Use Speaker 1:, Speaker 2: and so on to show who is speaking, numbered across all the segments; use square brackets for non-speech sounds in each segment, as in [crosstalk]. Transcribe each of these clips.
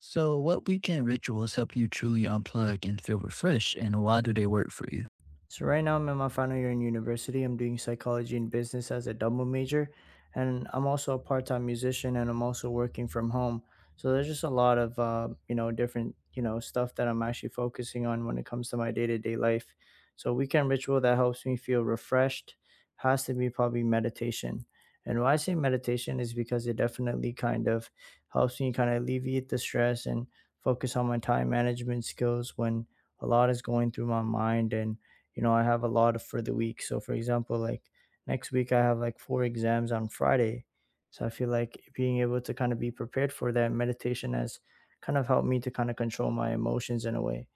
Speaker 1: So, what weekend rituals help you truly unplug and feel refreshed, and why do they work for you?
Speaker 2: So right now I'm in my final year in university. I'm doing psychology and business as a double major, and I'm also a part-time musician, and I'm also working from home. So there's just a lot of different stuff that I'm actually focusing on when it comes to my day-to-day life. So weekend ritual that helps me feel refreshed has to be probably meditation. And why I say meditation is because it definitely kind of helps me kind of alleviate the stress and focus on my time management skills when a lot is going through my mind and you know, I have a lot for the week. So, for example, like next week, I have like four exams on Friday. So I feel like being able to kind of be prepared for that, meditation has kind of helped me to kind of control my emotions in a way.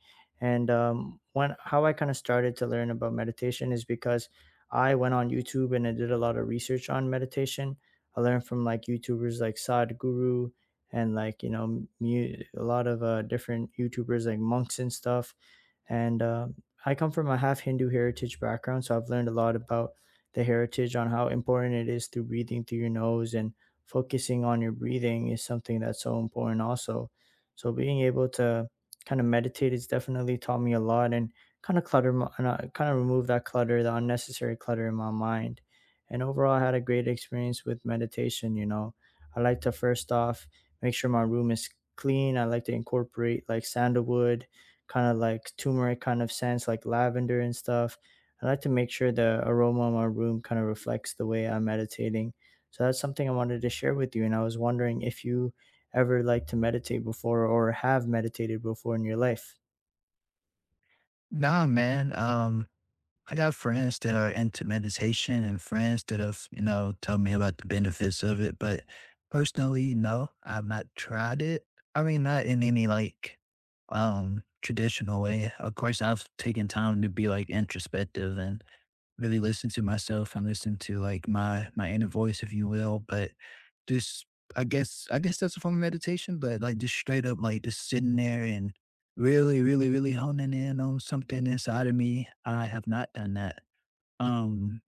Speaker 2: And when how I kind of started to learn about meditation is because I went on YouTube and I did a lot of research on meditation. I learned from like YouTubers like Sadhguru and like a lot of different YouTubers like monks and stuff. And I come from a half Hindu heritage background, so I've learned a lot about the heritage on how important it is, through breathing through your nose, and focusing on your breathing is something that's so important also. So being able to kind of meditate has definitely taught me a lot and kind of remove that clutter, the unnecessary clutter in my mind. And overall, I had a great experience with meditation. You know, I like to first off make sure my room is clean. I like to incorporate like sandalwood, kind of like turmeric kind of scents, like lavender and stuff. I like to make sure the aroma of my room kind of reflects the way I'm meditating. So that's something I wanted to share with you. And I was wondering if you ever like to meditate before or have meditated before in your life.
Speaker 1: Nah, man. I got friends that are into meditation and friends that have, you know, told me about the benefits of it. But personally, no, I've not tried it. I mean, not in any like traditional way. Of course, I've taken time to be like introspective and really listen to myself and listen to like my inner voice, if you will. But just I guess that's a form of meditation, but like just straight up like just sitting there and really, really, really honing in on something inside of me. I have not done that. Um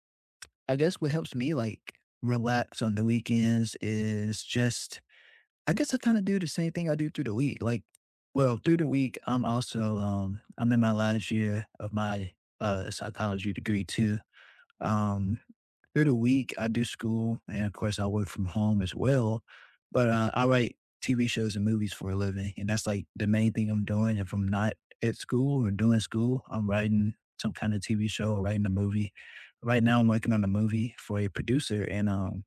Speaker 1: I guess what helps me like relax on the weekends is just I guess I kind of do the same thing I do through the week. Like well, through the week I'm also I'm in my last year of my psychology degree too. Um, Through the week, I do school, and of course, I work from home as well. But I write TV shows and movies for a living, and that's like the main thing I'm doing. If I'm not at school or doing school, I'm writing some kind of TV show or writing a movie. Right now, I'm working on a movie for a producer, and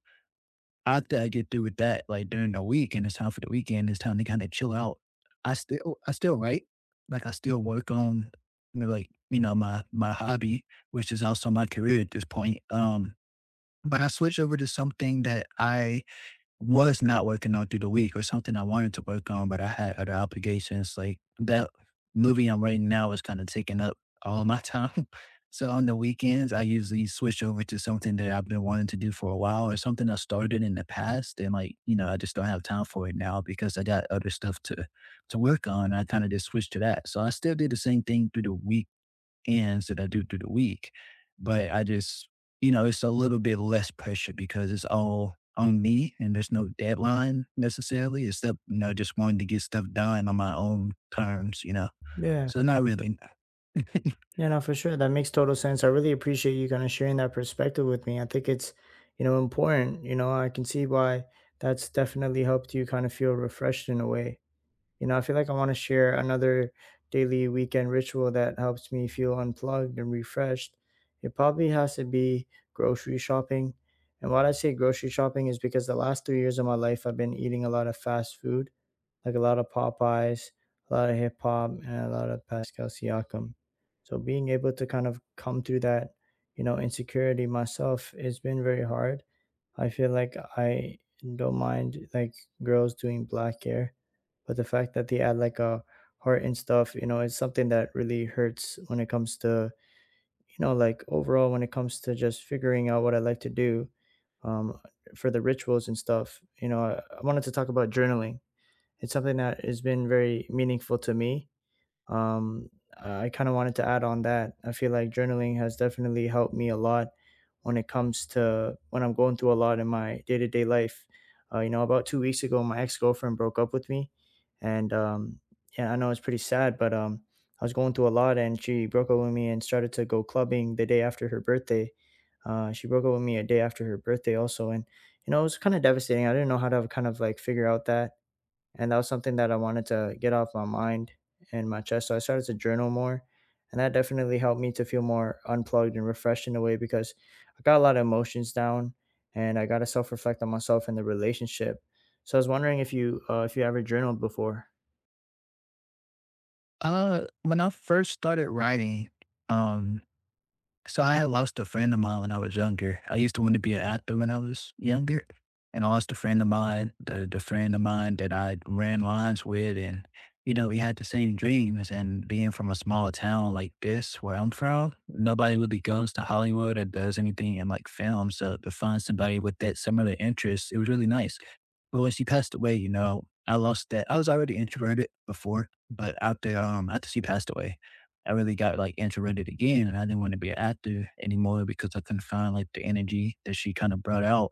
Speaker 1: after I get through with that, like during the week and it's time for the weekend, it's time to kind of chill out. I still write, like I still work on, you know, like you know my hobby, which is also my career at this point. But I switch over to something that I was not working on through the week or something I wanted to work on, but I had other obligations. Like that movie I'm writing now is kind of taking up all my time. [laughs] So on the weekends, I usually switch over to something that I've been wanting to do for a while or something I started in the past. And like, you know, I just don't have time for it now because I got other stuff to work on. I kind of just switched to that. So I still did the same thing through the week ends that I do through the week. But I just, you know, it's a little bit less pressure because it's all on me and there's no deadline necessarily, except, you know, just wanting to get stuff done on my own terms, you know.
Speaker 2: Yeah.
Speaker 1: So not really. [laughs]
Speaker 2: Yeah, no, for sure. That makes total sense. I really appreciate you kind of sharing that perspective with me. I think it's, you know, important. You know, I can see why that's definitely helped you kind of feel refreshed in a way. You know, I feel like I want to share another daily weekend ritual that helps me feel unplugged and refreshed. It probably has to be grocery shopping. And why I say grocery shopping is because the last 3 years of my life, I've been eating a lot of fast food, like a lot of Popeyes, a lot of hip hop, and a lot of Pascal Siakam. So being able to kind of come through that, you know, insecurity myself, it's been very hard. I feel like I don't mind like girls doing black hair, but the fact that they add like a heart and stuff, you know, it's something that really hurts when it comes to, you know, like overall when it comes to just figuring out what I like to do um, for the rituals and stuff. You know, I wanted to talk about journaling. It's something that has been very meaningful to me. Um, I kind of wanted to add on that. I feel like journaling has definitely helped me a lot when it comes to when I'm going through a lot in my day to day life. You know, about 2 weeks ago, my ex girlfriend broke up with me, and yeah, I know it's pretty sad, but I was going through a lot, and she broke up with me and started to go clubbing the day after her birthday. She broke up with me a day after her birthday, also, and you know, it was kind of devastating. I didn't know how to kind of like figure out that, and that was something that I wanted to get off my mind and my chest. So I started to journal more, and that definitely helped me to feel more unplugged and refreshed in a way, because I got a lot of emotions down, and I got to self reflect on myself and the relationship. So I was wondering if you ever journaled before.
Speaker 1: When I first started writing, um, so I had lost a friend of mine when I was younger. I used to want to be an actor when I was younger. And I lost a friend of mine, the friend of mine that I ran lines with. And, you know, we had the same dreams. And being from a small town like this, where I'm from, nobody really goes to Hollywood or does anything in like film. So to find somebody with that similar interest, it was really nice. But when she passed away, you know, I lost that. I was already introverted before, but after she passed away, I really got like introverted again, and I didn't want to be an actor anymore because I couldn't find like the energy that she kind of brought out.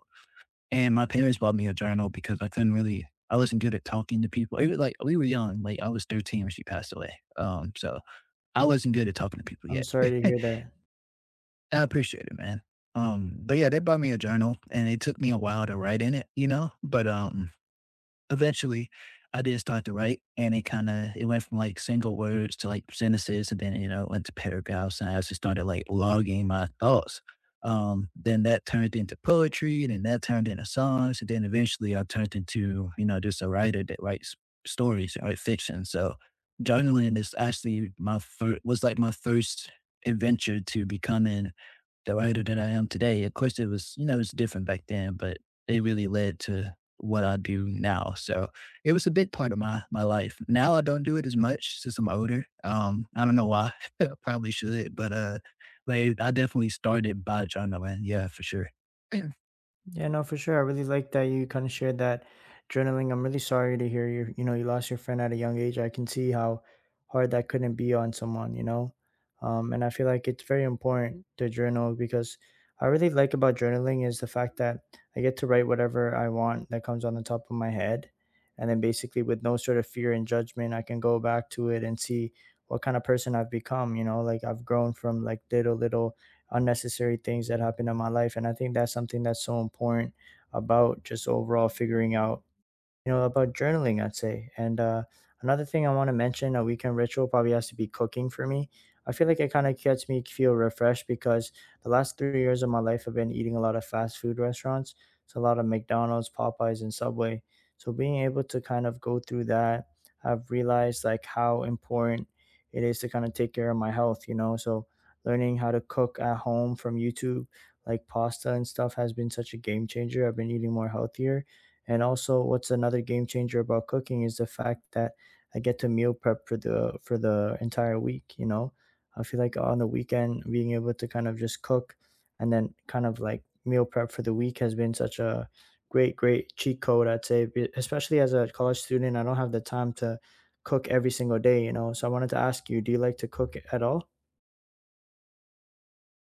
Speaker 1: And my parents bought me a journal because I couldn't really. I wasn't good at talking to people. It was like we were young. Like I was 13 when she passed away. So I wasn't good at talking to people
Speaker 2: I'm
Speaker 1: yet.
Speaker 2: sorry
Speaker 1: [laughs]
Speaker 2: to
Speaker 1: I
Speaker 2: hear that.
Speaker 1: appreciate it, man. But yeah, they bought me a journal and it took me a while to write in it, you know. But eventually I did start to write and it kind of, it went from like single words to like sentences and then, you know, it went to paragraphs and I just started like logging my thoughts. Then that turned into poetry and then that turned into songs. And then eventually I turned into, you know, just a writer that writes stories writes fiction. So journaling is actually my first, was like my first adventure to becoming that were older than I am today. Of course, it was, you know, it was different back then, but it really led to what I do now. So it was a big part of my life. Now I don't do it as much since I'm older. I don't know why. [laughs] I probably should, but like I definitely started by John Nolan. Yeah, for sure.
Speaker 2: Yeah, no, for sure. I really like that you kind of shared that journaling. I'm really sorry to hear you, you know, you lost your friend at a young age. I can see how hard that couldn't be on someone, you know? And I feel like it's very important to journal, because I really like about journaling is the fact that I get to write whatever I want that comes on the top of my head. And then basically with no sort of fear and judgment, I can go back to it and see what kind of person I've become, you know, like I've grown from like little, little unnecessary things that happen in my life, and I think that's something that's so important about just overall figuring out, you know, about journaling, I'd say. And Another thing I want to mention, a weekend ritual probably has to be cooking for me. I feel like it kind of gets me feel refreshed, because the last 3 years of my life I've been eating a lot of fast food restaurants. It's a lot of McDonald's, Popeyes, and Subway. So being able to kind of go through that, I've realized like how important it is to kind of take care of my health, you know. So learning how to cook at home from YouTube, like pasta and stuff, has been such a game changer. I've been eating more healthier, and also, what's another game changer about cooking is the fact that I get to meal prep for the entire week. You know, I feel like on the weekend being able to kind of just cook and then kind of like meal prep for the week has been such a great great cheat code, I'd say, especially as a college student, I don't have the time to cook every single day. You know, so I wanted to ask you, do you like to cook at all?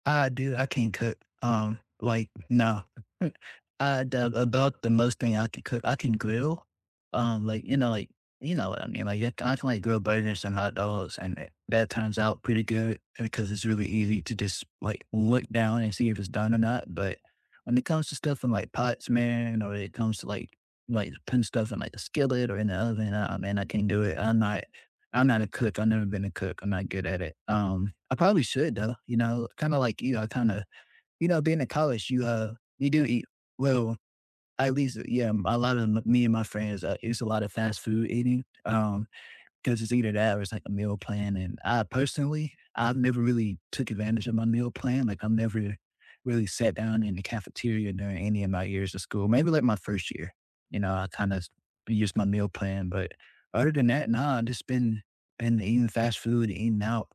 Speaker 1: I do. I can't cook. Like no. [laughs] I the about the most thing I can cook. I can grill. Like you know, like you know what I mean. Like I can like grill burgers and hot dogs, and that turns out pretty good because it's really easy to just like look down and see if it's done or not. But when it comes to stuff in like pots, man, or it comes to like putting stuff in like a skillet or in the oven, man, I can't do it. I'm not a cook. I've never been a cook. I'm not good at it. I probably should though. You know, kind of like you. I kind of, you know, being in college, you you do eat well. At least, yeah, a lot of me and my friends, it's a lot of fast food eating. 'Cause it's either that or it's like a meal plan, and I personally, I've never really took advantage of my meal plan, like, I've never really sat down in the cafeteria during any of my years of school, maybe, like, my first year, you know, I kinda used my meal plan, but other than that, nah, I've just been eating fast food, eating out,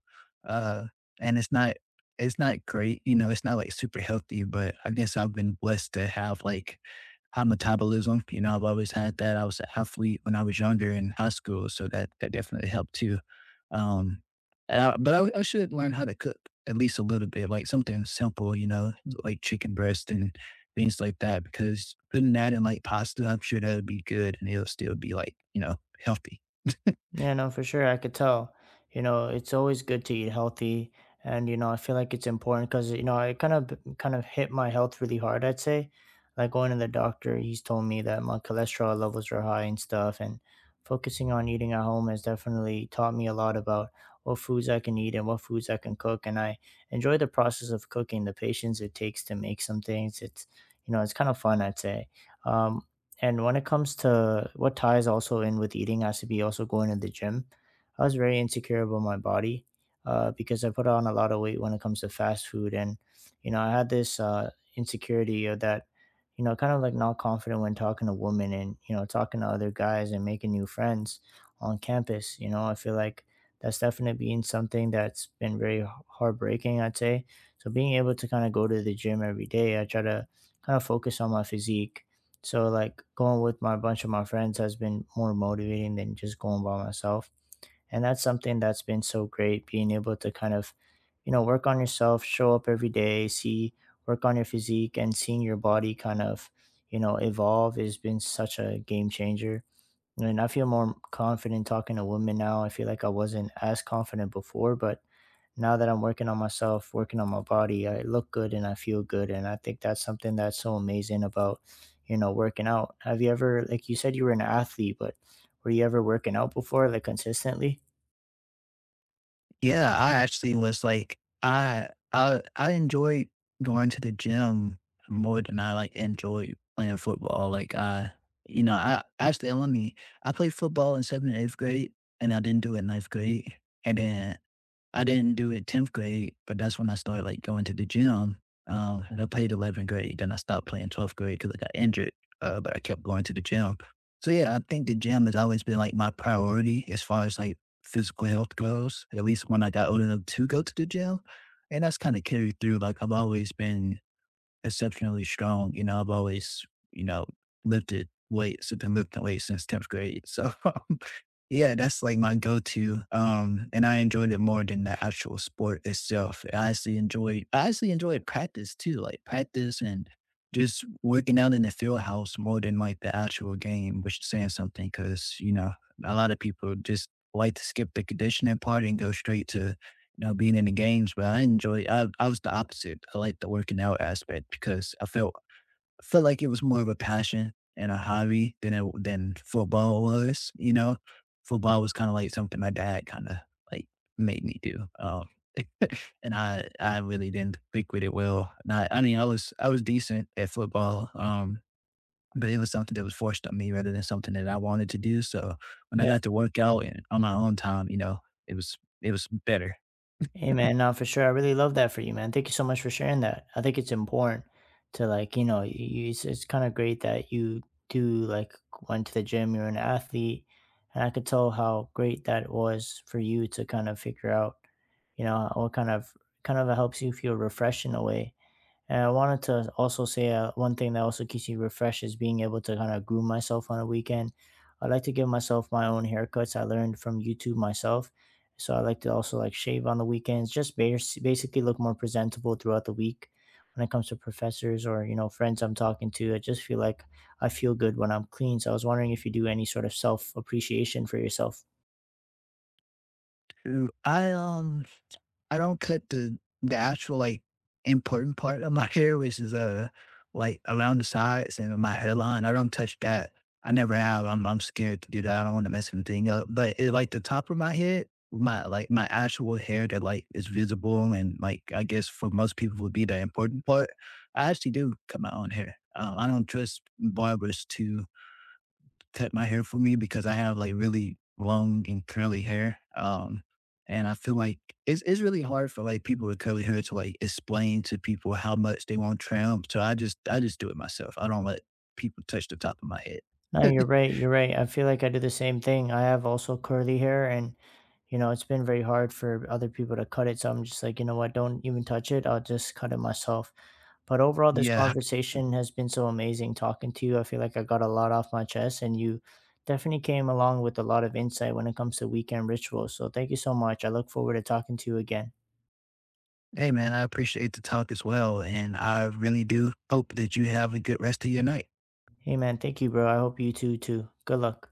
Speaker 1: uh, and it's not great, you know, it's not, like, super healthy, but I guess I've been blessed to have, like, high metabolism. You know, I've always had that. I was an athlete when I was younger in high school, so that definitely helped too. Um, and I should learn how to cook at least a little bit, like something simple, you know, like chicken breast and things like that. Because putting that in like pasta, I'm sure that would be good, and it'll still be like you know healthy. [laughs]
Speaker 2: Yeah, no, for sure. I could tell. You know, it's always good to eat healthy, and you know, I feel like it's important because you know, I kind of hit my health really hard, I'd say, like going to the doctor, he's told me that my cholesterol levels are high and stuff, and focusing on eating at home has definitely taught me a lot about what foods I can eat and what foods I can cook. And I enjoy the process of cooking, the patience it takes to make some things. It's you know, it's kind of fun, I'd say. Um, and when it comes to what ties also in with eating has to be also going to the gym. I was very insecure about my body because I put on a lot of weight when it comes to fast food. And, you know, I had this insecurity of that, you know, kind of like not confident when talking to women and, you know, talking to other guys and making new friends on campus. You know, I feel like that's definitely been something that's been very heartbreaking, I'd say. So being able to kind of go to the gym every day, I try to kind of focus on my physique, so like going with my bunch of my friends has been more motivating than just going by myself. And that's something that's been so great, being able to kind of, you know, work on yourself, show up every day, see work on your physique and seeing your body kind of, you know, evolve has been such a game changer. And I feel more confident talking to women now. I feel like I wasn't as confident before, but now that I'm working on myself, working on my body, I look good and I feel good. And I think that's something that's so amazing about, you know, working out. Have you ever, like you said, you were an athlete, but were you ever working out before, like consistently?
Speaker 1: Yeah, I actually was like, I enjoy going to the gym more than I like enjoy playing football. Like I, you know, I actually let me I played football in seventh and eighth grade, and I didn't do it in ninth grade. And then I didn't do it 10th grade, but that's when I started like going to the gym. And I played 11th grade. Then I stopped playing 12th grade because I got injured, but I kept going to the gym. So yeah, I think the gym has always been like my priority as far as like physical health goes, at least when I got old enough to go to the gym. And that's kind of carried through. Like I've always been exceptionally strong. You know, I've always, you know, lifted weights. I've been lifting weights since 10th grade. So [laughs] yeah, that's like my go-to. And I enjoyed it more than the actual sport itself. I actually enjoyed practice too, like practice and just working out in the field house more than like the actual game, which is saying something because, you know, a lot of people just like to skip the conditioning part and go straight to, you know, being in the games. But I was the opposite. I like the working out aspect because I felt like it was more of a passion and a hobby than it than football was, you know? Football was kinda like something my dad kinda, like, made me do, and I really didn't click with it well, not I mean, I was decent at football, but it was something that was forced on me rather than something that I wanted to do, so when I got to work out and on my own time, you know, it was it was better.
Speaker 2: Hey man, no, for sure. I really love that for you, man. Thank you so much for sharing that. I think it's important to like, you know, it's kind of great that you do like went to the gym, you're an athlete, and I could tell how great that was for you to kind of figure out, you know, what kind of helps you feel refreshed in a way. And I wanted to also say one thing that also keeps me refreshed is being able to kind of groom myself on a weekend. I like to give myself my own haircuts. I learned from YouTube myself. So I like to also like shave on the weekends, just basically look more presentable throughout the week. When it comes to professors or you know friends I'm talking to, I just feel like I feel good when I'm clean. So I was wondering if you do any sort of self appreciation for yourself.
Speaker 1: Ooh, I don't cut the actual like important part of my [laughs] hair, which is like around the sides and my hairline. I don't touch that. I never have. I'm scared to do that. I don't want to mess anything up. But it, like the top of my head, my like my actual hair that like is visible and like I guess for most people would be the important part. I actually do cut my own hair. I don't trust barbers to cut my hair for me because I have like really long and curly hair. And I feel like it's really hard for like people with curly hair to like explain to people how much they want trim. So I just do it myself. I don't let people touch the top of my
Speaker 2: No,
Speaker 1: head.
Speaker 2: you're right. You're right. I feel like I do the same thing. I have also curly hair, and you know, it's been very hard for other people to cut it. So I'm just like, you know what? Don't even touch it. I'll just cut it myself. But overall,
Speaker 1: [laughs]
Speaker 2: this
Speaker 1: Yeah.
Speaker 2: conversation has been so amazing talking to you. I feel like I got a lot off my chest, and you definitely came along with a lot of insight when it comes to weekend rituals. So thank you so much. I look forward to talking to you again.
Speaker 1: Hey man, I appreciate the talk as well. And I really do hope that you have a good rest of your night.
Speaker 2: Hey, man. Thank you, bro. I hope you too, too. Good luck.